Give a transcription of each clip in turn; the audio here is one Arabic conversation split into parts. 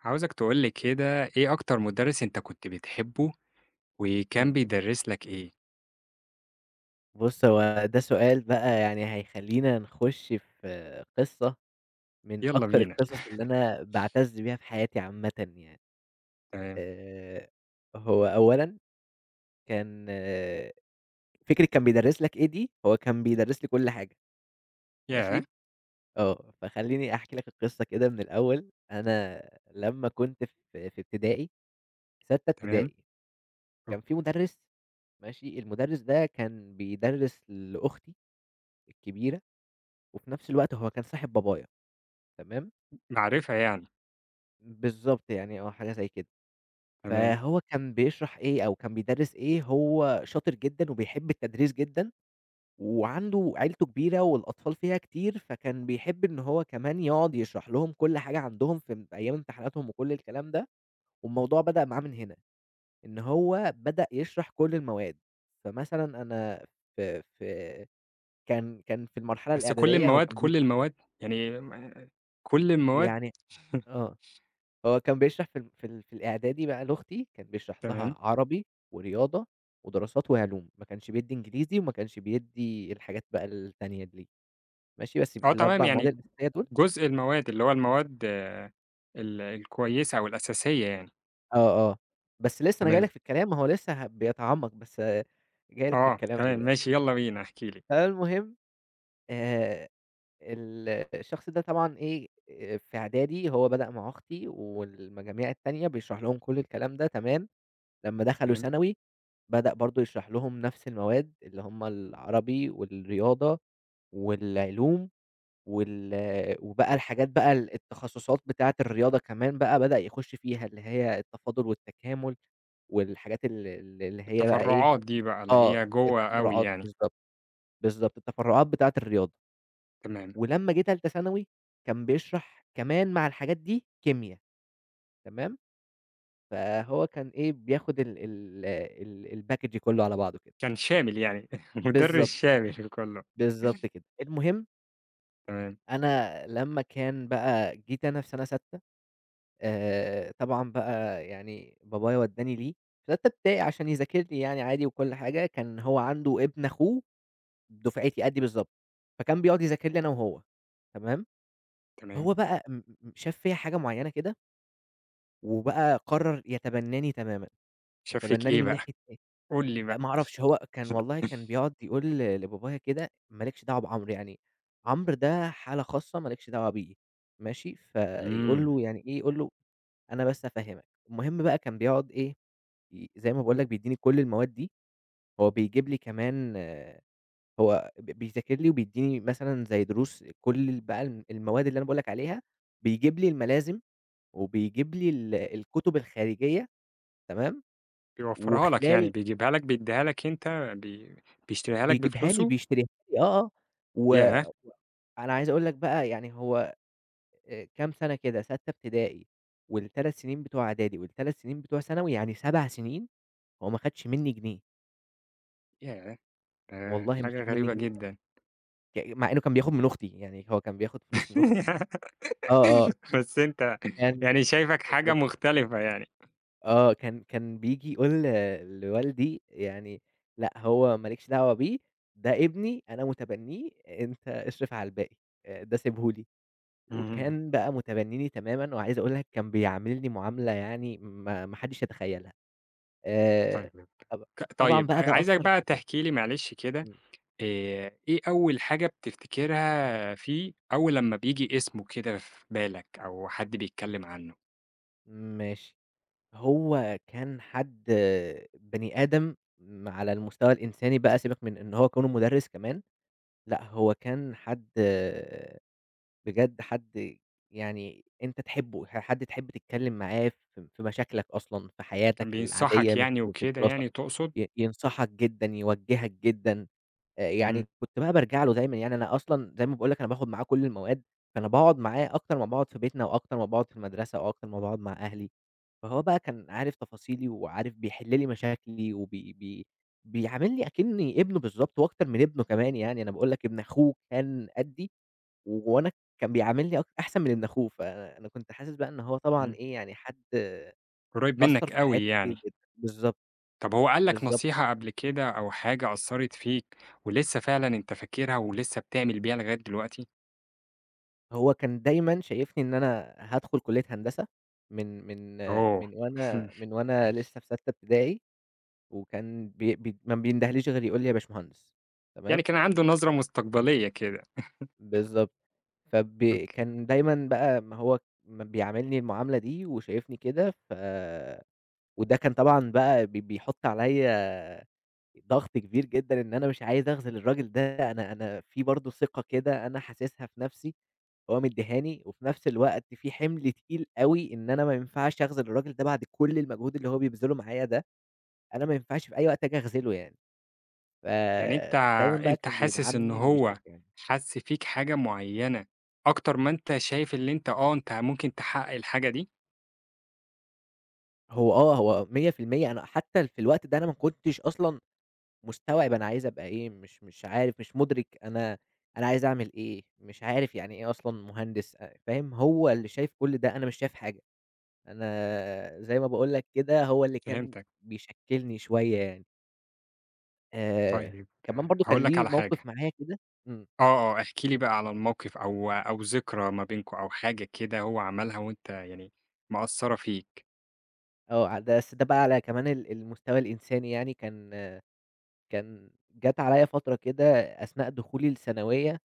عاوزك تقول لي كده إيه أكتر مدرس أنت كنت بتحبه، وكان إمم. بيدرس لك إيه؟ بُص، هو ده سؤال بقى يعني هيخلّينا نخُش في قصّة من يالّا أكتر بينا، القصص اللي أنا باعتز بيها في حياتي عامةً يعني. تمام، آآ هو أولًا كان آه، فكرة كان بيدرّس لك إيه دي، هو كان بيدرّس لي كل حاجة. ياه! ماشي، آه. فخلّيني أحكي لك القصّة كده من الأول. أنا لمّا كنت في ابتدائي، سَتّة تمام، ابتدائي، كان أوك في مُدرِّس. ماشي، المُدرِّس ده كان بيدرّس لأختي الكبيرة، وفي نفس الوقت هو كان صاحب بابايا. تمام، معرفة يعني، بالضبط يعني آه، حاجة زي كده. تمام، فهو كان بيشرح إيه أو كان بيدرّس إيه، هو شاطر جدًا وبيحب التدريس جدًا، وعنده عيلته كبيرة والأطفال فيها كتير، فكان بيحب إن هو كمان يقعد يشرح لهم كل حاجة عندهم في أيام امتحاناتهم وكل الكلام ده، والموضوع بدأ معاه من هنا، إن هو بدأ يشرح كل المواد. فمثلًا أنا في في كان في المرحلة بس كل الإعدادية هو المواد، كان كل المواد؟ يعني كل المواد؟ يعني آه. هو كان بيشرح في ال في ال في الإعدادي بقى لأختي، كان بيشرح لها تمام، عربي ورياضة ودراسات وعلوم، ما كانش بيدّي إنجليزي وما كانش بيدّي الحاجات بقى التانية دي، ماشي، بس آه تمام، ال4 مواد يعني الأساسية دول. جزء المواد، اللي هو المواد آه، الكويسة أو الأساسية يعني، آه، آه، بس لسه أنا جاي تمام، لك في الكلام، ما هو لسه بيتعمق، بس جاي لك في آه، الكلام تمام، ماشي دلوقتي. يالّا بينا، احكِ لي، فالمهم، آآ، ال الشخص ده طبعًا إيه، في إعدادي هو بدأ مع أختي والمجاميع التانية بيشرح لهم كل الكلام ده. تمام. لمّا دخلوا تمام، ثانوي، بدأ برضه يشرح لهم نفس المواد اللي هم العربي والرياضة والعلوم وال وبقى الحاجات بقى التخصصات بتاعة الرياضة كمان بقى بدأ يخُش فيها، اللي هي التفاضل والتكامل والحاجات ال ال اللي هي بقى إيه. التفرعات دي بقى اللي آه، هي جوّه أوي التفرُّعات يعني، بالضبط، بالضبط، التفرُّعات بتاعة الرياضة. تمام، ولمّا جه تالتة ثانوي، كان بيشرح كمان مع الحاجات دي كيميا، تمام؟ فهو كان إيه، بياخد ال ال ال الpackage كُلّه على بعضه كده. كان شامل يعني، مدرس بالضبط. شامل في كُلّه، بالضبط كده. المهم تمام. أنا لمّا كان بقى جيت أنا في سَنة سادسة، طبعًا بقى يعني بابايا ودّاني ليه في تالتة ابتدائي عشان يذاكر لي يعني عادي وكل حاجة، كان هو عنده ابن أخوه دُفعتي قدّي بالضبط، فكان بيقعد يذاكر لي أنا وهو. تمام. تمام. هو بقى م م شاف فيّا حاجة معيّنة كده وبقى قرّر يتبنّاني تمامًا، شاف فيك يتبنّاني إيه من بقى؟ ناحية إيه. قُل لي بقى. ما أعرفش، هو كان والله كان بيقعد يقول لبابايا كده: "ما لكش دعوة بعمرو، يعني عمرو ده حالة خاصة ما لكش دعوة بيه." ماشي، فيقول إمم. له: "يعني إيه؟" يقول له: "أنا بس هافهّمك." المهم بقى كان بيقعد إيه، زي ما باقول لك بيدّيني كل المواد دي، هو بيجيب لي كمان آه، هو بيذاكر لي وبيدّيني مثلًا زي دروس كل ال بقى الم المواد اللي أنا باقول لك عليها، بيجيب لي الملازم وبيجيب لي الكتب الخارجية. تمام. بيوفّرها لك يعني، وخلال، بيجيبها لك بيدّيها لك أنت بي بيشتريها لك بيجيبها لي بفلوسه؟ بيشتريها لي آه، آه. و ياه! أنا عايز أقول لك بقى يعني هو كام سَنة كده، سَتّة ابتدائي وال3 سنين بتوع إعدادي وال3 سنين بتوع ثانوي، يعني 7 سنين هو ما خدش منّي جنيه. ياه! ده والله ما حاجة خد منّي غريبة جنيه، جدًا. مع إنه كان بياخد من أختي، يعني هو كان بياخد فلوس من أختي. آه، آه، بس أنت كان يعني شايفك حاجة بالضبط. مختلفة يعني. آه، كان كان بييجي يقول لوالدي يعني: لأ هو ما لكش دعوة بيه، ده ابني أنا متبنّيه، أنت اصرف على الباقي، ده سيبه لي. اهم. وكان بقى متبنّيني تمامًا، وعايز أقول لك كان بيعاملني معاملة يعني ما ما حدّش يتخيّلها. آآ طيب طب ك طبعًا طيب أ بقى ده عايزك أثّر بقى في حياتي. تحكي لي معلش كده إمم، إيه أول حاجة بتفتكرها فيه أول لمّا بييجي اسمه كده في بالك أو حد بيتكلّم عنه؟ ماشي، هو كان حد بني آدم على المستوى الإنساني بقى سيبك من إن هو كونه مُدرّس كمان، لأ هو كان حد بجد، حد يعني أنت تحبّه، حد تحب تتكلّم معاه في مشاكلك أصلًا، في كان حياتك العادية، بينصحك مش يعني في وكده الدراسة. يعني تقصد؟ ينصحك جدًا، يوجّهك جدًا. يعني إمم. كنت بقى بارجع له دايمًا، يعني أنا أصلًا زي ما باقول لك أنا باخد معاه كل المواد، فأنا باقعد معاه أكتر ما باقعد في بيتنا وأكتر ما باقعد في المدرسة وأكتر ما باقعد مع أهلي، فهو بقى كان عارف تفاصيلي وعارف بيحل لي مشاكلي وبي بي بيعاملني أكنّي ابنه بالضبط وأكتر من ابنه كمان يعني، أنا باقول لك ابن أخوه كان قدّي وأنا كان بيعاملني أحسن من ابن أخوه، فأنا كنت حاسس بقى إن هو طبعًا إمم. إيه، يعني حد قريب أثّر منك في أوي حياتي كتير يعني. جدًا. بالضبط، طب هو قال لك بالضبط. نصيحة قبل كده أو حاجة أثّرت فيك ولسه فعلًا أنت فاكرها ولسه بتعمل بيها لغاية دلوقتي؟ هو كان دايمًا شايفني إن أنا هادخل كلية هندسة من من أوه! من وأنا لسه في سَتّة ابتدائي، وكان بي بي ما بيندهليش غير يقول لي يا باشمهندس. يعني تمام، كان عنده نظرة مستقبلية كده، بالضبط. فب أوكي. كان دايمًا بقى ما هو بيعاملني المعاملة دي وشايفني كده، وده كان طبعًا بقى بيحُط عليّا ضغط كبير جدًا، إن أنا مش عايز أخذل الراجل ده. أنا أنا في برضه ثقة كده أنا حاسسها في نفسي، هو مديهاني، وفي نفس الوقت في حمل تقيل أوي إن أنا ما ينفعش أخذل الراجل ده بعد كل المجهود اللي هو بيبذله معايا ده. أنا ما ينفعش في أي وقت آجي أخذله يعني، يعني أنت فدايمًا بقى أنت كان حاسس إن بيدعمني هو ويشجعني. حَس فيك حاجة معيّنة أكتر ما أنت شايف اللي أنت آه، أنت ممكن تحقق الحاجة دي؟ هو آه، هو 100%. أنا حتى في الوقت ده أنا ما كنتش أصلًا مستوعب أنا عايز أبقى إيه، مش عارف، مش مُدرِك أنا أنا عايز أعمل إيه، مش عارف يعني إيه أصلًا مهندس. فاهم، هو اللي شايف كل ده، أنا مش شايف حاجة. أنا زي ما باقول لك كده هو اللي كان فهمتك. بيشكّلني شوية يعني. آآ طيب كمان برضه كان هاقول لك ليه على حاجة موقِف معايا كده. إمم، آه، آه، احكِ لي بقى على الموقف أو ذكرى ما بينكم أو حاجة كده هو عملها وأنت يعني مأثّرة فيك. آه. ده بس ده بقى على كمان المستوى الإنساني يعني كان آه، كان جات عليّا فترة كده أثناء دخولي الثانوية،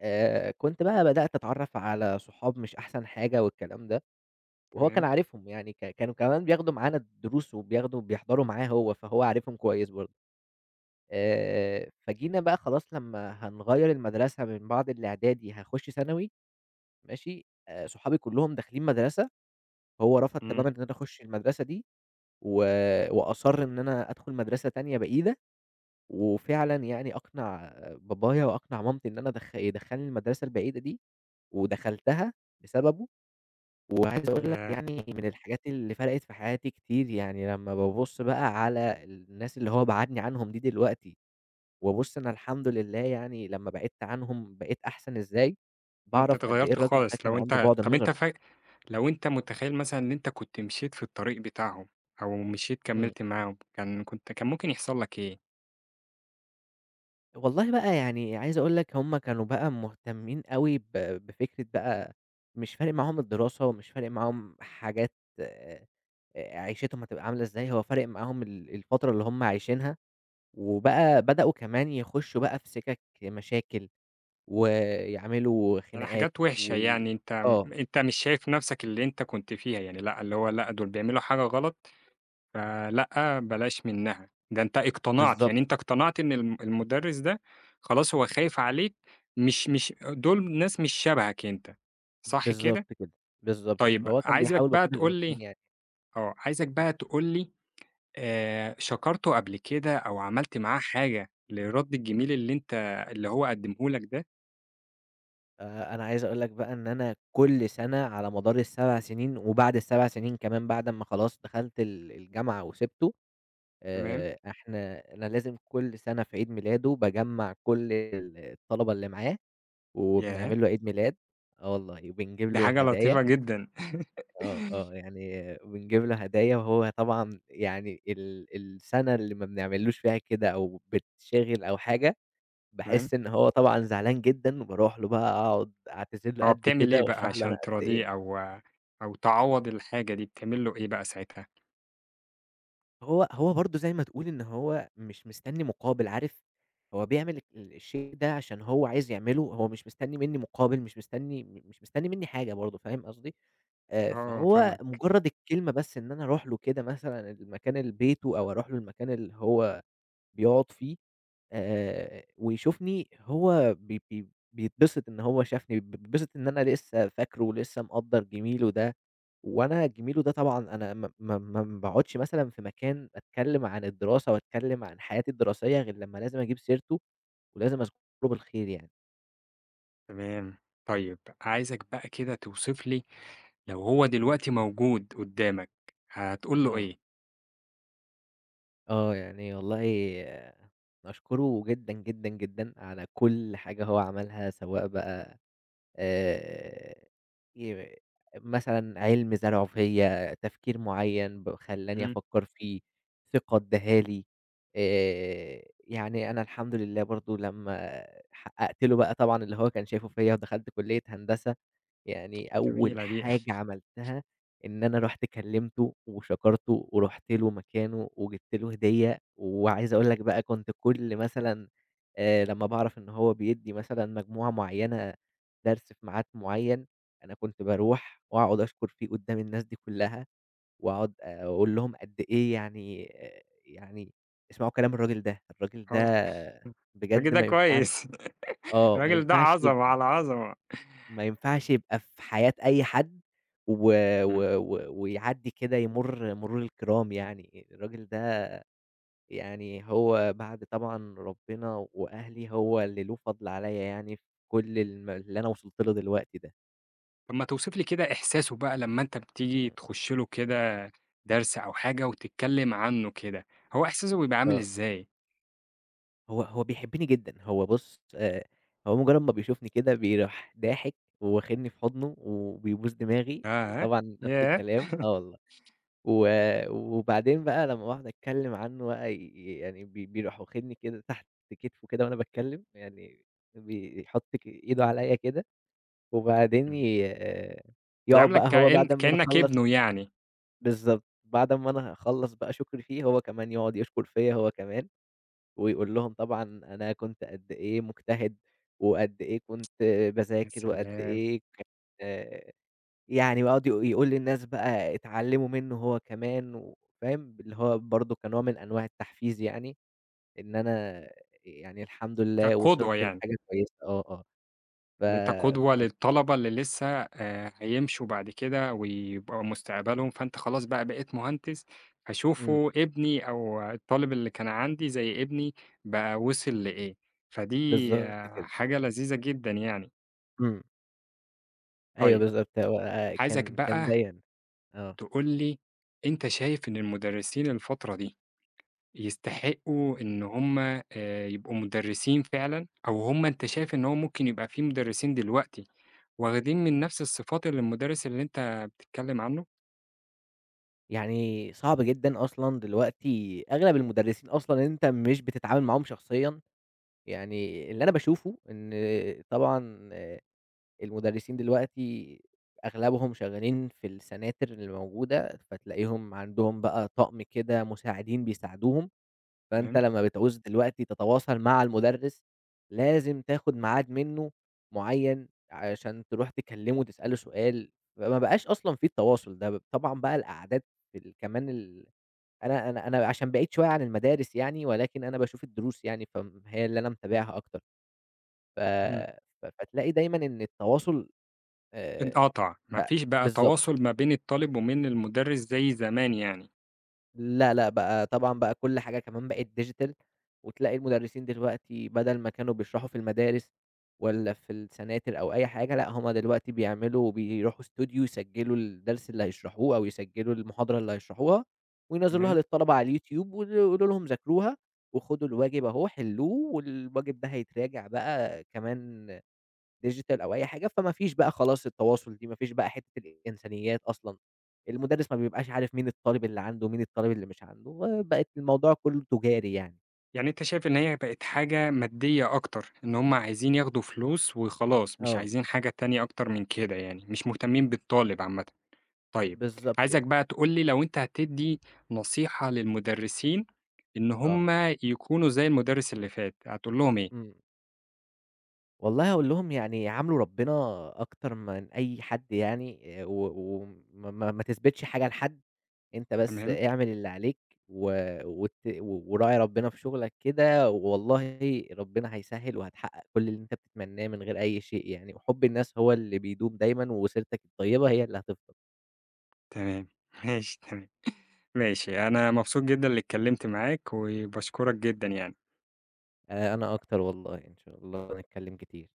كنت بقى بدأت أتعرّف على صحاب مش أحسن حاجة والكلام ده. وهو كان تمام، عارفهم، يعني كانوا كمان بياخدوا معانا الدروس وبياخدوا بيحضروا معاه هو، فهو عارفهم كويس برضه. فجينا بقى خلاص لمّا هنغيّر المدرسة من بعد الإعدادي هاخُش ثانوي. ماشي، صحابي كلّهم داخلين مدرسة، هو رفض إمم، تمامًا إن أنا أخُش المدرسة دي. و وأصَرّ إن أنا أدخُل مدرسة تانية بعيدة، وفعلًا يعني أقنع بابايا وأقنع مامتي إن أنا يدخّلني المدرسة البعيدة دي، ودخلتها بسببه. وعايز أقول لك ياه! يعني من الحاجات اللي فرقت في حياتي كتير، يعني لمّا بابُص بقى على الناس اللي هو بَعَدني عنهم دي دلوقتي، وابُص أنا الحمد لله يعني لمّا بعدت عنهم بقيت أحسن إزاي، إن أنت باعرف قد إيه اتغيّرت الراجل ده خالص، كان عنده بُعد نظر. لو أنت متخيّل مثلًا إن أنت كنت مشيت في الطريق بتاعهم أو مشيت إمم. كمّلت معاهم، كان ممكن يحصل لك إيه؟ والله بقى يعني عايز أقول لك هم كانوا بقى مهتمين أوي بفكرة بقى، مش فارق معاهم الدراسة، ومش فارق معاهم حاجات، آآ عيشتهم هتبقى عاملة إزاي، هو فارق معاهم الفترة اللي هم عايشينها. وبقى بدأوا كمان يخشوا بقى في سِكَك مشاكل، ويعملوا يعني خناقات حاجات و وِحشة يعني أنت م آه، أنت مش شايف نَفْسك اللي أنت كنت فيها يعني لأ، اللي هو لأ، دول بيعملوا حاجة غلط فلأ، بلاش منّها، ده أنت اقتنعت، بالضبط، يعني أنت اقتنعت إن المُدرِّس ده خلاص هو خايف عليك مش دول ناس مش شبهك أنت، صح كده؟ بالضبط كده، بالضبط. طيب فهو كان عايزك بيحاول بقى بقدر تقول لي الإمكان يعني. آه، عايزك إمم. بقى تقول لي شكرته قبل كده أو عملت معاه حاجة للرد الجميل اللي أنت اللي هو قدّمه لك ده، أنا عايز أقول لك بقى إن أنا كل سَنة على مدار ال7 سنين وبعد ال7 سنين كمان بعد أمّا خلاص دخلت الجامعة وسِبته، تمام، أنا لازم كل سَنة في عيد ميلاده باجمّع كل الطلبة اللي معاه، ياه! وبنعمل له عيد ميلاد. آه والله، وبنجيب دي له حاجة هدايا. لطيفة جدًا. آه، آه، يعني بنجيب له هدايا، وهو طبعًا يعني السَنة اللي ما بنعملوش فيها كده أو بتشغل أو حاجة، تمام، باحس إن هو طبعًا زعلان جدًا، وباروح له بقى أقعد أعتذر له آه، قد بتعمل إيه كده بقى وأشرح له أنا عشان قد تراضيه إيه. أو تعوّض الحاجة دي، بتعمل له إيه بقى ساعتها؟ هو برضه زي ما تقول إن هو مش مستني مقابل، عارف، هو بيعمل الشيء ده عشان هو عايز يعمله، هو مش مستني منّي مقابل، مش مستني منّي حاجة برضه، فاهم قصدي؟ آه، فهو فاهمك، مجرد الكلمة بس إن أنا أروح له كده مثلًا المكان اللي بيته أو أروح له المكان اللي هو بيقعد فيه، ويشوفني هو بي بي بيتبسط إن هو شافني، بيتبسط إن أنا لسه فاكره ولسه مقدّر جميله ده. وأنا جميله ده طبعًا أنا ما ما ما ما باقعدش مثلًا في مكان أتكلم عن الدراسة وأتكلم عن حياتي الدراسية غير لمّا لازم أجيب سيرته ولازم أذكره بالخير يعني. تمام. طيب عايزك بقى كده توصف لي لو هو إمم، دلوقتي موجود قدّامك، هتقول له آه. إيه؟ آه، يعني والله نشكره جدًا، جدًا، جدًا على كل حاجة هو عملها، سواء بقى آآ، ي مثلًا علم زرعه فيّا، تفكير معيّن خلّاني إمم، أفكّر فيه، ثقة ادّاها لي. يعني أنا الحمد لله برضه لمّا حقّقت له بقى طبعًا اللي هو كان شايفه فيّا ودخلت كلية هندسة، يعني أول جميلة دي، حاجة عملتها إن أنا رُحت كلّمته وشكرته ورُحت له مكانه وجِبت له هدية. وعايز أقول لك بقى كنت كل مثلًا لمّا باعرف إن هو بيدّي مثلًا مجموعة معيّنة درس في ميعاد معيّن، أنا كنت باروح وأقعد أشكر فيه قدّام الناس دي كلّها، وأقعد أقول لهم قد إيه يعني. يعني اسمعوا كلام الراجل ده، الراجل آه، ده الراجل بجد ده ما ينفعش. كويس. آه، ما الراجل ده ينفعش عظمة يبقى، على عظمة. ما ينفعش يبقى في حياة أي حد و إمم. و و ويعدّي كده يمُر مرور الكرام يعني. الراجل ده يعني هو بعد طبعًا ربنا وأهلي هو اللي له فضل عليَّ يعني في كل اللي أنا وصلت له دلوقتي ده. طب ما توصف لي كده إحساسه بقى لمّا أنت بتيجي إمم. تخش له كده درس أو حاجة وتتكلم عنه كده، هو إحساسه بيبقى عامل آه، إزاي؟ هو بيحبني جدًا. هو بُص، هو مجرد ما بيشوفني كده بيروح ضاحك وواخدني في حضنه وبيبوس دماغي، ياه! وطبعًا نفس ياه! الكلام آه والله. و وبعدين بقى لمّا باقعد أتكلّم عنّه بقى يعني بيروح واخدني كده تحت كتفه كده وأنا باتكلّم، يعني بيحُط إيده عليّا كده، وبعدين إمم. آه، يقعد بيعاملك بقى هو كإن بعد أمّا أنا كإنك أخلّص. ابنه يعني. بالضبط، بعد أمّا أنا أخلّص بقى شُكري فيه هو كمان يقعد يشكر فيّا هو كمان، ويقول لهم طبعًا أنا كنت قد إيه مجتهد، وقد إيه كنت يا باذاكر، وقد سلام! إيه كان يعني. ويقعد يقول للناس بقى اتعلّموا منّه هو كمان و فاهم، اللي هو برضه كنوع من أنواع التحفيز يعني، إن أنا يعني الحمد لله كقدوة وصلت يعني. لحاجة كويسة. آه، آه. ف إن أنت قدوة ف للطلبة اللي لسه هيمشوا بعد كده ويبقى مستقبلهم، فأنت خلاص بقى بقيت مهندس، إمم، فشوفوا ابني أو الطالب اللي كان عندي زي ابني بقى وصل لإيه، فدي بالضبط آه، كده. حاجة لذيذة جدًا يعني. إمم، أيوه طيب، بالضبط هو عايزك كان بقى ضايقني. آه، تقول لي أنت شايف إن المدرسين الفترة دي يستحقوا إن هم يبقوا مدرسين فعلًا، أو هم أنت شايف إن هو ممكن يبقى في مدرسين دلوقتي واخدين من نفس الصفات اللي المدرس اللي أنت بتتكلم عنه، يعني صعب جدًا أصلًا دلوقتي أغلب المدرسين أصلًا أنت مش بتتعامل معاهم شخصيًا. يعني اللي أنا باشوفه إن طبعًا المدرسين دلوقتي أغلبهم شغالين في السناتر اللي موجودة، فتلاقيهم عندهم بقى طقم كده مساعدين بيساعدوهم. فأنت تمام، لمّا بتعوز دلوقتي تتواصل مع المدرس، لازم تاخد ميعاد منه معيّن عشان تروح تكلمه تسأله سؤال. فما بقاش أصلًا في التواصل ده. طبعًا بقى القعدات في ال كمان ال أنا أنا أنا عشان بعيد شوية عن المدارس يعني، ولكن أنا باشوف الدروس يعني، هي اللي أنا متابعها أكتر. ف اهم، ف فتلاقي دايمًا إن التواصل آآ انقطع، ما بقى فيش بقى بالضبط. تواصل ما بين الطالب ومن المدرس زي زمان يعني، لا، لأ، بقى طبعًا بقى كل حاجة كمان بقت digital، وتلاقي المدرسين دلوقتي بدل ما كانوا بيشرحوا في المدارس والّا في السناتر أو أي حاجة، لأ، هم دلوقتي بيعملوا بيروحوا استوديو يسجّلوا الدرس اللي هيشرحوه أو يسجّلوا المحاضرة اللي هيشرحوها، وينزّلوها تمام، للطلبة على اليوتيوب، يقولوا لهم ذاكروها وخدوا الواجب أهو حلّوه. والواجب ده هيتراجع بقى كمان digital أو أي حاجة. فما فيش بقى خلاص التواصل دي، ما فيش بقى حتّة الإنسانيات أصلًا. المُدرِّس ما بيبقاش عارف مين الطالب اللي عنده، مين الطالب اللي مش عنده، وبقت الموضوع كلّه تجاري يعني. يعني أنت شايف إن هي بقت حاجة مادية أكتر، إن هُم عايزين ياخدوا فلوس وخلاص، مش آه، عايزين حاجة تانية أكتر من كده يعني، مش مهتمين بالطالب عامةً. طيب، بالضبط عايزك يعني. بقى تقول لي لو أنت هتدّي نصيحة للمدرسين إن هُم آه. يكونوا زي المدرس اللي فات، هتقول لهم إيه؟ إمم، والله هاقول لهم يعني يعاملوا ربنا أكتر من أي حد يعني، و وما ما ما تثبتش حاجة لحد، أنت بس تمام، اعمل اللي عليك و وت وراعي ربنا في شغلك كده، والله ربنا هيسهّل وهتحقق كل اللي أنت بتتمناه من غير أي شيء يعني، وحب الناس هو اللي بيدوم دايمًا وسيرتك الطيبة هي اللي هتفضل. تمام، ماشي، تمام. ماشي، أنا مبسوط جدًا إني اتكلمت معاك، وباشكرك جدًا يعني. أنا أكتر والله، إن شاء الله نتكلم كتير.